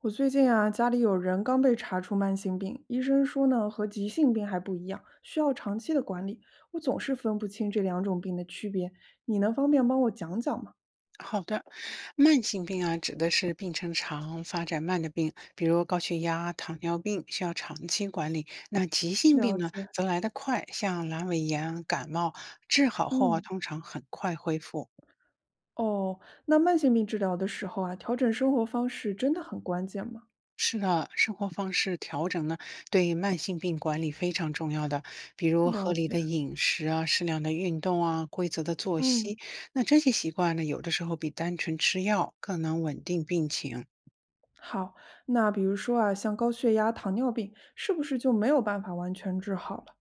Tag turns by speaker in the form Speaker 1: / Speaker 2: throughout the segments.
Speaker 1: 我最近啊，家里有人刚被查出慢性病，医生说呢，和急性病还不一样，需要长期的管理。我总是分不清这两种病的区别，你能方便帮我讲讲吗？
Speaker 2: 好的，慢性病啊，指的是病程长、发展慢的病，比如高血压、糖尿病，需要长期管理。那急性病
Speaker 1: 了
Speaker 2: 呢，
Speaker 1: 解，
Speaker 2: 则来得快，像阑尾炎、感冒，治好后啊，
Speaker 1: 嗯，
Speaker 2: 通常很快恢复。
Speaker 1: 哦，那慢性病治疗的时候啊，调整生活方式真的很关键吗？
Speaker 2: 是的，生活方式调整呢，对慢性病管理非常重要的，比如合
Speaker 1: 了
Speaker 2: 理
Speaker 1: 解，
Speaker 2: 的饮食啊、适量的运动啊、规则的作息。
Speaker 1: 嗯，
Speaker 2: 那这些习惯呢，有的时候比单纯吃药更能稳定病情。
Speaker 1: 好，那比如说啊，像高血压、糖尿病，是不是就没有办法完全治好了？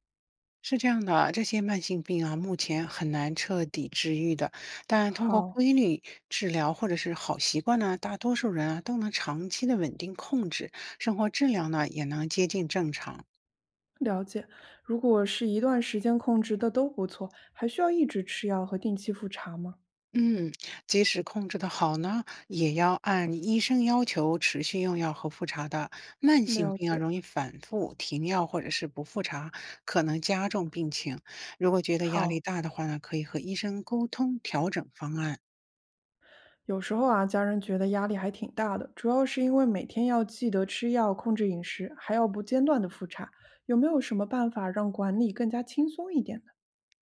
Speaker 2: 是这样的啊，这些慢性病啊，目前很难彻底治愈的，但通过
Speaker 1: 好，
Speaker 2: 规律治疗或者是好习惯呢，大多数人啊都能长期的稳定控制，生活质量呢也能接近正常。
Speaker 1: 了解，如果是一段时间控制的都不错，还需要一直吃药和定期复查吗？
Speaker 2: 嗯，即使控制的好呢，也要按医生要求持续用药和复查的。慢
Speaker 1: 嗯，
Speaker 2: 性
Speaker 1: 了
Speaker 2: 病啊，
Speaker 1: 解，
Speaker 2: 容易反复停药或者是不复查，可能加重病情。如果觉得压力
Speaker 1: 好。
Speaker 2: 大的话呢，可以和医生沟通调整方案。
Speaker 1: 有时候啊，家人觉得压力还挺大的，主要是因为每天要记得吃药、控制饮食，还要不间断的复查。有没有什么办法让管理更加轻松一点的？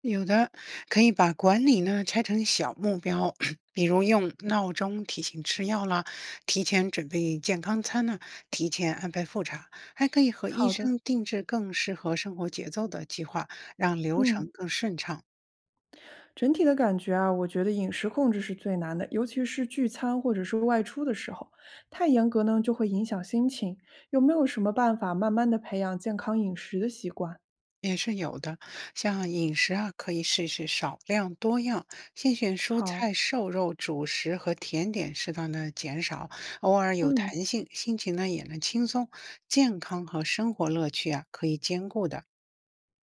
Speaker 2: 有的可以把管理呢拆成小目标，比如用闹钟提醒吃药啦，提前准备健康餐呢，提前安排复查，还可以和医
Speaker 1: 好的，
Speaker 2: 生定制更适合生活节奏的计划，让流程
Speaker 1: 嗯，
Speaker 2: 更顺畅。
Speaker 1: 整体的感觉啊，我觉得饮食控制是最难的，尤其是聚餐或者是外出的时候，太严格呢就会影响心情。有没有什么办法慢慢的培养健康饮食的习惯？
Speaker 2: 也是有的，像饮食啊，可以试试少量多样，先选蔬菜、
Speaker 1: 好，
Speaker 2: 瘦肉、主食和甜点，适当的减少，偶尔有
Speaker 1: 嗯，
Speaker 2: 弹性，心情呢也能轻松，健康和生活乐趣啊可以兼顾的。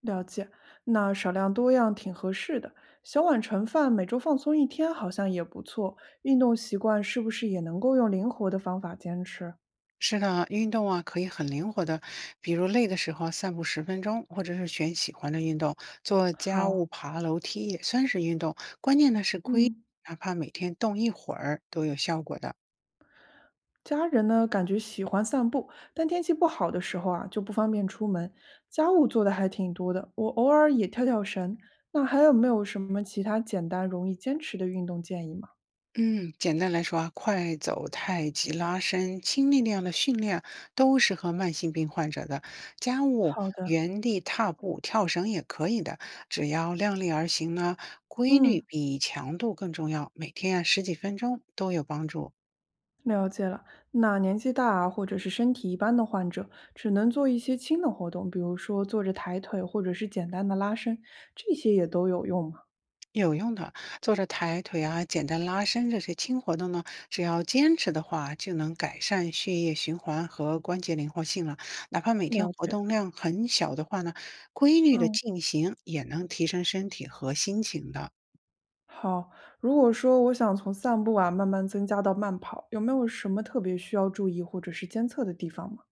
Speaker 1: 了解。那少量多样挺合适的。小碗盛饭，每周放松一天好像也不错。运动习惯是不是也能够用灵活的方法坚持？
Speaker 2: 是的，运动啊可以很灵活的，比如累的时候散步10分钟，或者是选喜欢的运动，做家务、
Speaker 1: 好，
Speaker 2: 爬楼梯也算是运动。关键呢是规，
Speaker 1: 嗯。
Speaker 2: 哪怕每天动一会儿都有效果的。
Speaker 1: 家人呢，感觉喜欢散步，但天气不好的时候啊，就不方便出门。家务做的还挺多的，我偶尔也跳跳绳。那还有没有什么其他简单容易坚持的运动建议吗？
Speaker 2: 嗯，简单来说啊，快走、太极、拉伸、轻力量的训练都适合慢性病患者的。家务、
Speaker 1: 好的，
Speaker 2: 原地踏步、跳绳也可以的，只要量力而行呢，规律
Speaker 1: 嗯。
Speaker 2: 比强度更重要。每天啊十几分钟都有帮助。
Speaker 1: 了解了，那年纪大啊，或者是身体一般的患者，只能做一些轻的活动，比如说坐着抬腿，或者是简单的拉伸，这些也都有用吗？
Speaker 2: 有用的，做着抬腿啊、简单拉伸这些轻活动呢，只要坚持的话，就能改善血液循环和关节灵活性了。哪怕每天
Speaker 1: 了
Speaker 2: 活
Speaker 1: 解，
Speaker 2: 动量很小的话呢，规律的
Speaker 1: 嗯，
Speaker 2: 进行也能提升身体和心情的。
Speaker 1: 好。如果说我想从散步啊慢慢增加到慢跑，有没有什么特别需要注意或者是监测的地方吗？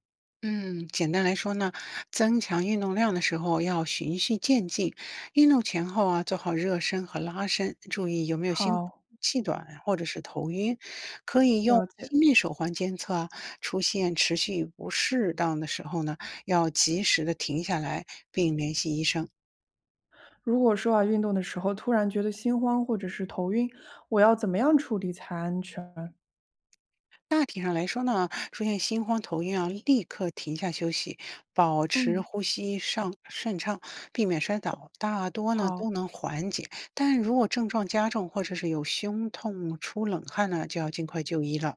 Speaker 2: 嗯，简单来说呢，增强运动量的时候要循序渐进，运动前后啊做好热身和拉伸，注意有没有心慌
Speaker 1: 好，
Speaker 2: 气短或者是头晕，可以用
Speaker 1: 了解。
Speaker 2: 心率手环监测啊，出现持续不适当的时候呢，要及时的停下来并联系医生。
Speaker 1: 如果说啊运动的时候突然觉得心慌或者是头晕，我要怎么样处理才安全？
Speaker 2: 大体上来说呢，出现心慌头晕啊，立刻停下休息，保持
Speaker 1: 嗯，
Speaker 2: 呼吸上顺畅，避免摔倒，大多呢
Speaker 1: 好。
Speaker 2: 都能缓解。但如果症状加重或者是有胸痛、出冷汗呢，就要尽快就医了。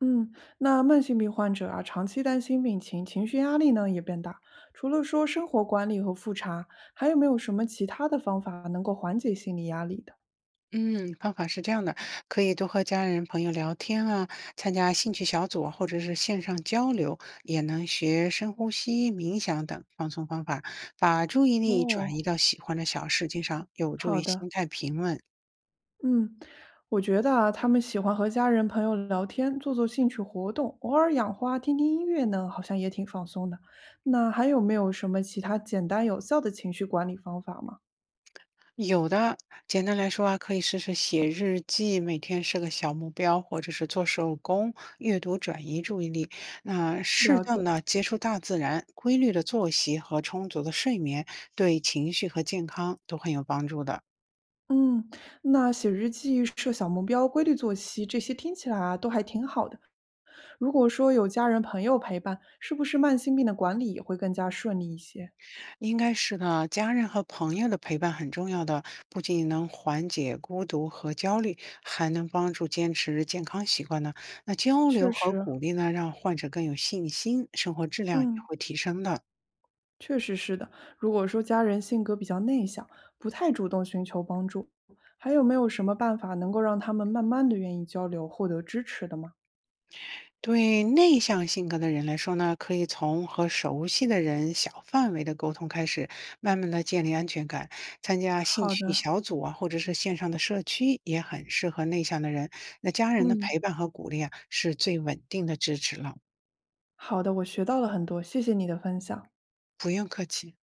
Speaker 1: 嗯，那慢性病患者啊，长期担心病情，情绪压力呢也变大。除了说生活管理和复查，还有没有什么其他的方法能够缓解心理压力的？
Speaker 2: 嗯，方法是这样的，可以多和家人朋友聊天啊，参加兴趣小组啊或者是线上交流，也能学深呼吸、冥想等放松方法，把注意力转
Speaker 1: 哦，
Speaker 2: 移到喜欢的小事情上，有助
Speaker 1: 好
Speaker 2: 于
Speaker 1: 的，
Speaker 2: 心态平稳。
Speaker 1: 嗯，我觉得啊，他们喜欢和家人朋友聊天，做做兴趣活动，偶尔养花、听听音乐呢，好像也挺放松的。那还有没有什么其他简单有效的情绪管理方法吗？
Speaker 2: 有的，简单来说啊，可以试试写日记，每天设个小目标，或者是做手工、阅读转移注意力。那适
Speaker 1: 了解。
Speaker 2: 当的接触大自然，规律的作息和充足的睡眠，对情绪和健康都很有帮助的。
Speaker 1: 嗯，那写日记、设小目标、规律作息，这些听起来啊都还挺好的。如果说有家人朋友陪伴，是不是慢性病的管理也会更加顺利一些？
Speaker 2: 应该是呢，家人和朋友的陪伴很重要的，不仅能缓解孤独和焦虑，还能帮助坚持健康习惯呢。那交流
Speaker 1: 确
Speaker 2: 和
Speaker 1: 实，
Speaker 2: 鼓励呢，让患者更有信心，生活质量也
Speaker 1: 嗯，
Speaker 2: 会提升的。
Speaker 1: 确实是的。如果说家人性格比较内向，不太主动寻求帮助，还有没有什么办法能够让他们慢慢的愿意交流，获得支持的吗？
Speaker 2: 对内向性格的人来说呢，可以从和熟悉的人小范围的沟通开始，慢慢的建立安全感。参加兴
Speaker 1: 好
Speaker 2: 趣
Speaker 1: 的，
Speaker 2: 小组啊，或者是线上的社区，也很适合内向的人。那家人的
Speaker 1: 嗯，
Speaker 2: 陪伴和鼓励啊，是最稳定的支持了。
Speaker 1: 好的，我学到了很多，谢谢你的分享。
Speaker 2: 不用客气。